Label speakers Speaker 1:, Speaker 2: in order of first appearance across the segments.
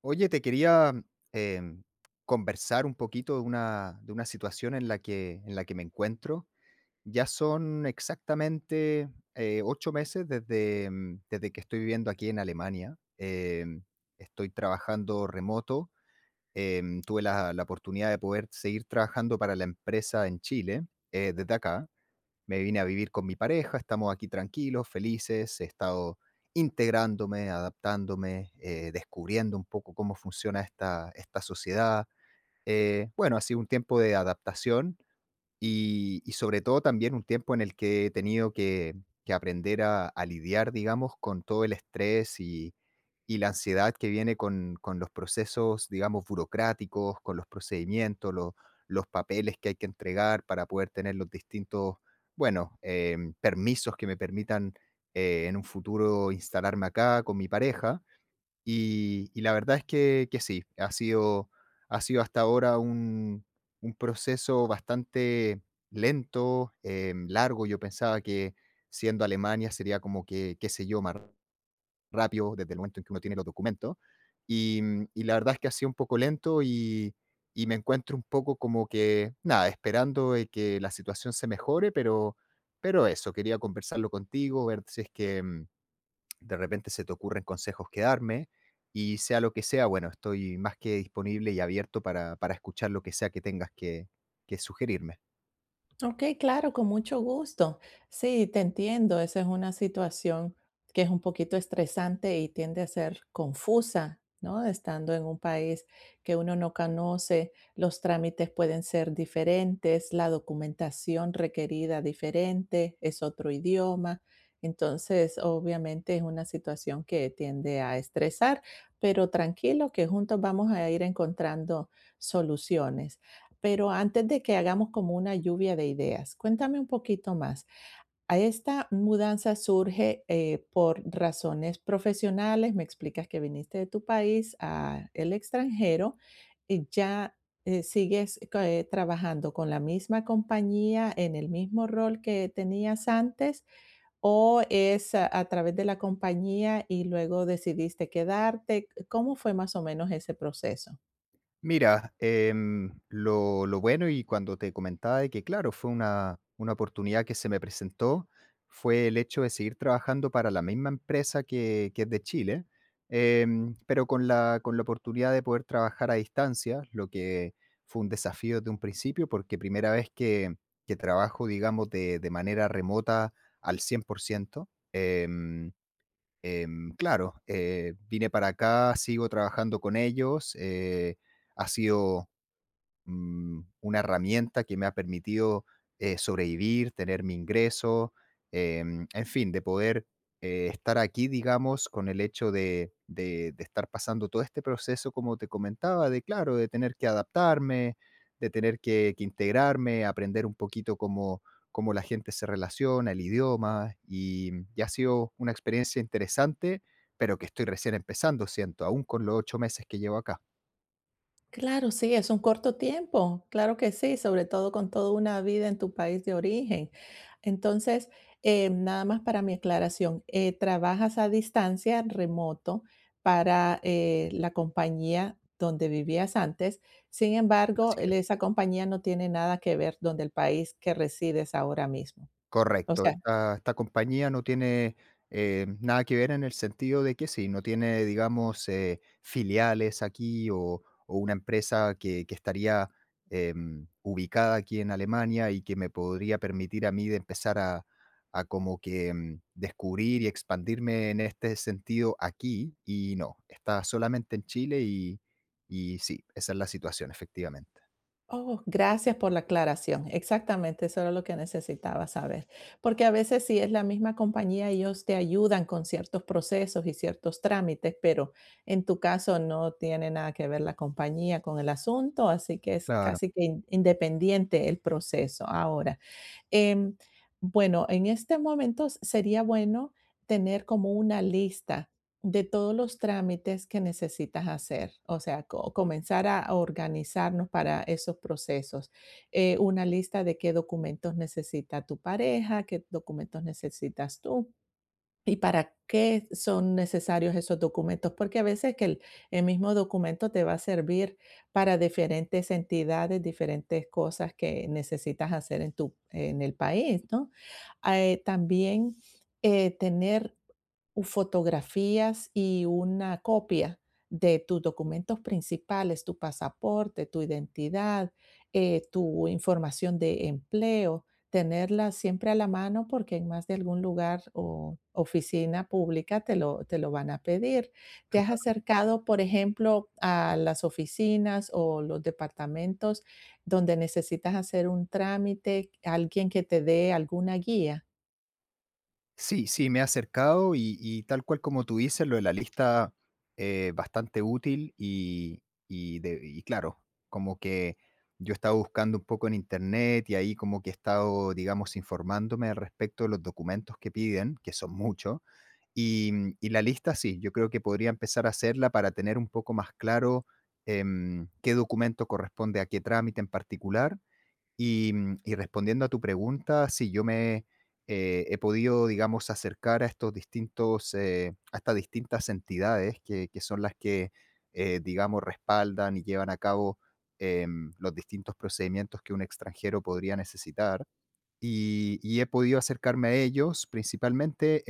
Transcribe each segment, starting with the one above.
Speaker 1: Oye, te quería em, conversar un poquito de una situación en la que me encuentro. Ya son exactamente 8 meses desde, desde que estoy viviendo aquí en Alemania. Estoy trabajando remoto. Tuve la, la oportunidad de poder seguir trabajando para la empresa en Chile desde acá me vine a vivir con mi pareja. Estamos aquí tranquilos, felices, he estado integrándome, adaptándome, descubriendo un poco cómo funciona esta, esta sociedad. Bueno, ha sido un tiempo de adaptación, y sobre todo también un tiempo en el que he tenido que aprender a lidiar, digamos, con todo el estrés y la ansiedad que viene con los procesos, digamos, burocráticos, con los procedimientos, los papeles que hay que entregar para poder tener los distintos, bueno, permisos que me permitan, en un futuro instalarme acá con mi pareja. Y la verdad es que sí, ha sido, ha sido hasta ahora un proceso bastante lento, largo. Yo pensaba que siendo Alemania sería como que, qué sé yo, más rápido desde el momento en que uno tiene los documentos. Y, y la verdad es que ha sido un poco lento y me encuentro un poco como que, nada, esperando de que la situación se mejore, pero eso, quería conversarlo contigo, ver si es que, de repente se te ocurren consejos que darme, y sea lo que sea, bueno, estoy más que disponible y abierto para escuchar lo que sea que tengas que sugerirme.
Speaker 2: Ok, claro, con mucho gusto. Sí, te entiendo. Esa es una situación que es un poquito estresante y tiende a ser confusa, ¿no? Estando en un país que uno no conoce, los trámites pueden ser diferentes, la documentación requerida diferente, es otro idioma. Entonces, obviamente es una situación que tiende a estresar, pero tranquilo que juntos vamos a ir encontrando soluciones. Pero antes de que hagamos como una lluvia de ideas, cuéntame un poquito más. ¿A esta mudanza surge por razones profesionales? Me explicas que viniste de tu país a el extranjero y ya sigues trabajando con la misma compañía en el mismo rol que tenías antes o es a través de la compañía y luego decidiste quedarte. ¿Cómo fue más o menos ese proceso?
Speaker 1: Mira, lo bueno y cuando te comentaba de que, claro, fue una oportunidad que se me presentó, fue el hecho de seguir trabajando para la misma empresa que es de Chile, pero con la oportunidad de poder trabajar a distancia, lo que fue un desafío de un principio, porque primera vez que trabajo, digamos, de manera remota al 100%. Claro, vine para acá, sigo trabajando con ellos. Ha sido, una herramienta que me ha permitido sobrevivir, tener mi ingreso, en fin, de poder estar aquí, digamos, con el hecho de, de estar pasando todo este proceso, como te comentaba, de claro, de tener que adaptarme, de tener que integrarme, aprender un poquito cómo, cómo la gente se relaciona, el idioma, y ha sido una experiencia interesante, pero que estoy recién empezando, siento, aún con los 8 meses que llevo acá.
Speaker 2: Claro, sí, es un corto tiempo, claro que sí, sobre todo con toda una vida en tu país de origen. Entonces, nada más para mi aclaración, trabajas a distancia, remoto, para la compañía donde vivías antes. Sin
Speaker 1: Así
Speaker 2: embargo,
Speaker 1: es.
Speaker 2: esa compañía no tiene nada que ver donde el país que resides ahora mismo. O
Speaker 1: Correcto,
Speaker 2: sea,
Speaker 1: esta compañía no tiene, nada que ver, en el sentido de que sí, no tiene, digamos, filiales aquí o una empresa que estaría, ubicada aquí en Alemania y que me podría permitir a mí de empezar a como que, descubrir y expandirme en este sentido aquí, y no, está solamente en Chile y sí, esa es la situación, efectivamente.
Speaker 2: oh, gracias por la aclaración. Exactamente, eso era lo que necesitaba saber. Porque a veces si es la misma compañía, ellos te ayudan con ciertos procesos y ciertos trámites, pero en tu caso no tiene nada que ver la compañía con el asunto, así que es
Speaker 1: Claro.
Speaker 2: casi que independiente el proceso. Ahora, em, bueno, en este momento sería bueno tener como una lista de todos los trámites que necesitas hacer, o sea, comenzar a organizarnos para esos procesos. Una lista de qué documentos necesita tu pareja, qué documentos necesitas tú. ¿Y para qué son necesarios esos documentos? Porque a veces que el mismo documento te va a servir para diferentes entidades, diferentes cosas que necesitas hacer en en el país, ¿no? También tener fotografías y una copia de tus documentos principales, tu pasaporte, tu identidad, tu información de empleo tenerla siempre a la mano porque en más de algún lugar o oficina pública te lo van a pedir. ¿Te has acercado, por ejemplo, a las oficinas o los departamentos donde necesitas hacer un trámite, alguien que te dé alguna guía?
Speaker 1: Sí, sí, me he acercado y tal cual como tú dices, lo de la lista, bastante útil y, y claro, como que yo he estado buscando un poco en internet y ahí como que he estado, digamos, informándome al respecto de los documentos que piden, que son muchos, y, y la lista sí, yo creo que podría empezar a hacerla para tener un poco más claro qué documento corresponde a qué trámite en particular, y, y respondiendo a tu pregunta, sí, yo me he podido, digamos, acercar a estos distintos, a estas distintas entidades que son las que, digamos, respaldan y llevan a cabo los distintos procedimientos que un extranjero podría necesitar. Y he podido acercarme a ellos. Principalmente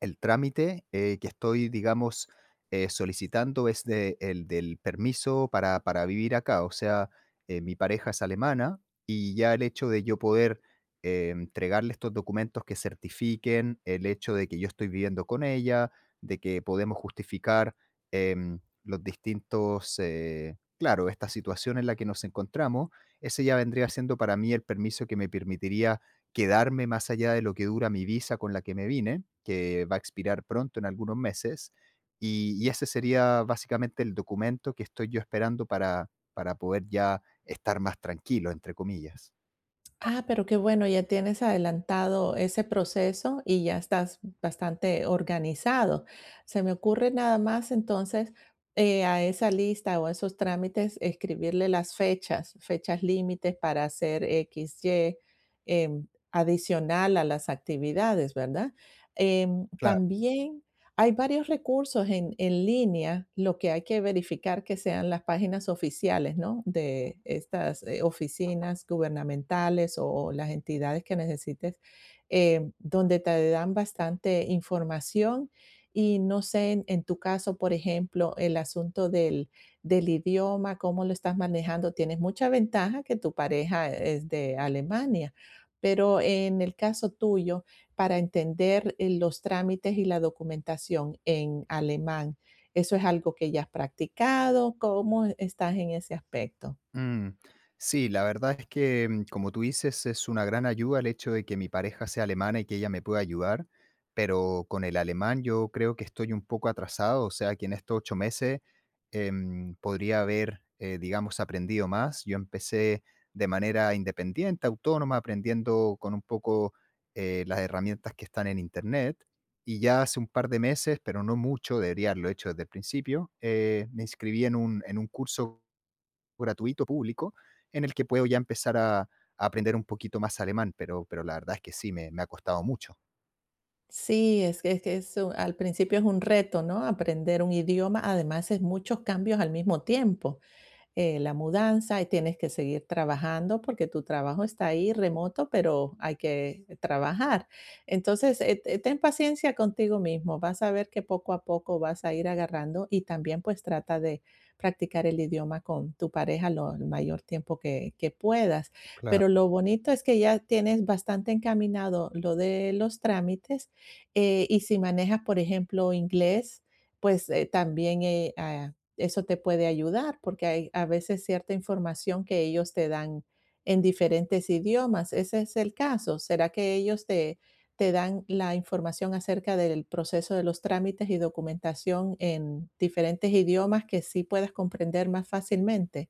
Speaker 1: el trámite, que estoy, digamos, solicitando es de el del permiso para vivir acá. O sea, mi pareja es alemana y ya el hecho de yo poder, entregarle estos documentos que certifiquen el hecho de que yo estoy viviendo con ella, de que podemos justificar, los distintos, claro, esta situación en la que nos encontramos, ese ya vendría siendo para mí el permiso que me permitiría quedarme más allá de lo que dura mi visa con la que me vine, que va a expirar pronto en algunos meses, y ese sería básicamente el documento que estoy yo esperando para poder ya estar más tranquilo, entre comillas.
Speaker 2: Ah, pero qué bueno, ya tienes adelantado ese proceso y ya estás bastante organizado. Se me ocurre nada más entonces a esa lista o a esos trámites escribirle las fechas, fechas límites para hacer XY, adicional a las actividades, ¿verdad? Em,
Speaker 1: Claro.
Speaker 2: también hay varios recursos en línea, lo que hay que verificar que sean las páginas oficiales, ¿no? De estas oficinas gubernamentales o las entidades que necesites, donde te dan bastante información. Y no sé, en tu caso, por ejemplo, el asunto del idioma, cómo lo estás manejando, tienes mucha ventaja que tu pareja es de Alemania, pero en el caso tuyo, para entender los trámites y la documentación en alemán. ¿Eso es algo que ya has practicado? ¿Cómo estás en ese aspecto?
Speaker 1: Mm, sí, la verdad es que, como tú dices, es una gran ayuda el hecho de que mi pareja sea alemana y que ella me pueda ayudar, pero con el alemán yo creo que estoy un poco atrasado, o sea que en estos 8 meses podría haber, digamos, aprendido más. Yo empecé de manera independiente, autónoma, aprendiendo con un poco las herramientas que están en Internet. Y ya hace un par de meses, pero no mucho, debería haberlo hecho desde el principio. Me inscribí en un curso gratuito público en el que puedo ya empezar a aprender un poquito más alemán, pero la verdad es que sí, me me ha costado mucho.
Speaker 2: Sí, es que, al principio es un reto, ¿no? Aprender un idioma, además es muchos cambios al mismo tiempo. La mudanza y tienes que seguir trabajando porque tu trabajo está ahí remoto, pero hay que trabajar. Entonces, ten paciencia contigo mismo, vas a ver que poco a poco vas a ir agarrando y también pues trata de practicar el idioma con tu pareja el mayor tiempo que puedas.
Speaker 1: Claro.
Speaker 2: Pero lo bonito es que ya tienes bastante encaminado lo de los trámites y si manejas, por ejemplo, inglés, pues eso te puede ayudar porque hay a veces cierta información que ellos te dan en diferentes idiomas. Ese es el caso. ¿Será que te dan la información acerca del proceso de los trámites y documentación en diferentes idiomas que sí puedas comprender más fácilmente?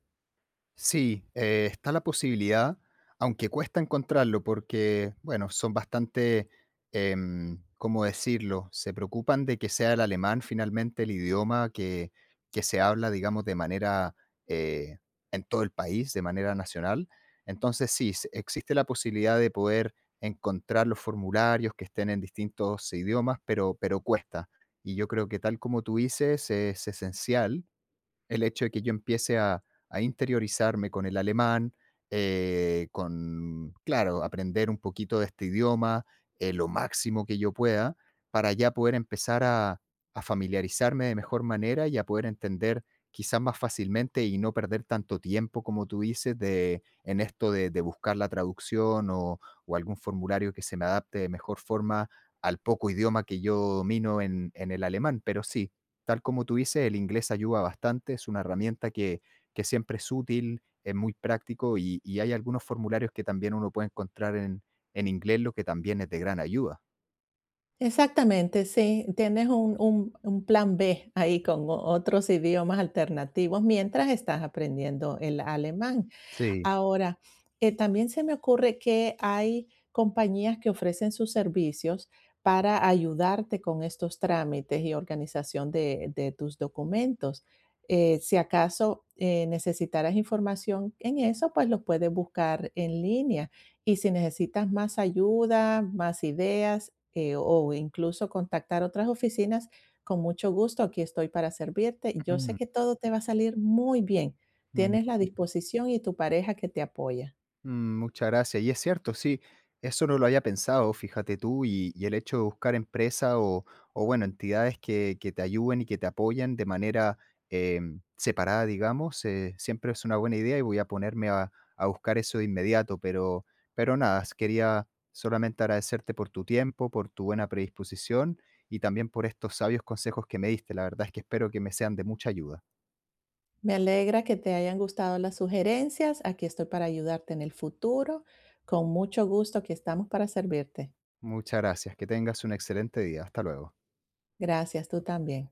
Speaker 1: Sí, está la posibilidad, aunque cuesta encontrarlo porque, bueno, son bastante, ¿cómo decirlo? Se preocupan de que sea el alemán finalmente el idioma que se habla, digamos, de manera eh, en todo el país, de manera nacional. Entonces, sí, existe la posibilidad de poder encontrar los formularios que estén en distintos idiomas, pero cuesta. Y yo creo que tal como tú dices, es esencial el hecho de que yo empiece a interiorizarme con el alemán, con, claro, aprender un poquito de este idioma, lo máximo que yo pueda, para ya poder empezar a familiarizarme de mejor manera y a poder entender quizás más fácilmente y no perder tanto tiempo, como tú dices, de, en esto de buscar la traducción o algún formulario que se me adapte de mejor forma al poco idioma que yo domino en el alemán. Pero sí, tal como tú dices, el inglés ayuda bastante, es una herramienta que siempre es útil, es muy práctico y hay algunos formularios que también uno puede encontrar en inglés, lo que también es de gran ayuda.
Speaker 2: Exactamente, sí. Tienes un plan B ahí con otros idiomas alternativos mientras estás aprendiendo el alemán.
Speaker 1: Sí.
Speaker 2: Ahora, también se me ocurre que hay compañías que ofrecen sus servicios para ayudarte con estos trámites y organización de tus documentos. Si acaso, necesitaras información en eso, pues lo puedes buscar en línea. Y si necesitas más ayuda, más ideas, o incluso contactar otras oficinas, con mucho gusto, aquí estoy para servirte. Yo sé
Speaker 1: Mm,
Speaker 2: que todo te va a salir muy bien.
Speaker 1: mm.
Speaker 2: Tienes la disposición y tu pareja que te apoya.
Speaker 1: Mm, muchas gracias. Y es cierto, sí, eso no lo había pensado, fíjate tú, y el hecho de buscar empresas o, bueno, entidades que te ayuden y que te apoyan de manera separada, digamos, siempre es una buena idea y voy a ponerme a buscar eso de inmediato, pero nada, quería solamente agradecerte por tu tiempo, por tu buena predisposición y también por estos sabios consejos que me diste. La verdad es que espero que me sean de mucha ayuda.
Speaker 2: Me alegra que te hayan gustado las sugerencias. Aquí estoy para ayudarte en el futuro. Con mucho gusto, aquí estamos para servirte.
Speaker 1: Muchas gracias, que tengas un excelente día. Hasta luego.
Speaker 2: Gracias, tú también.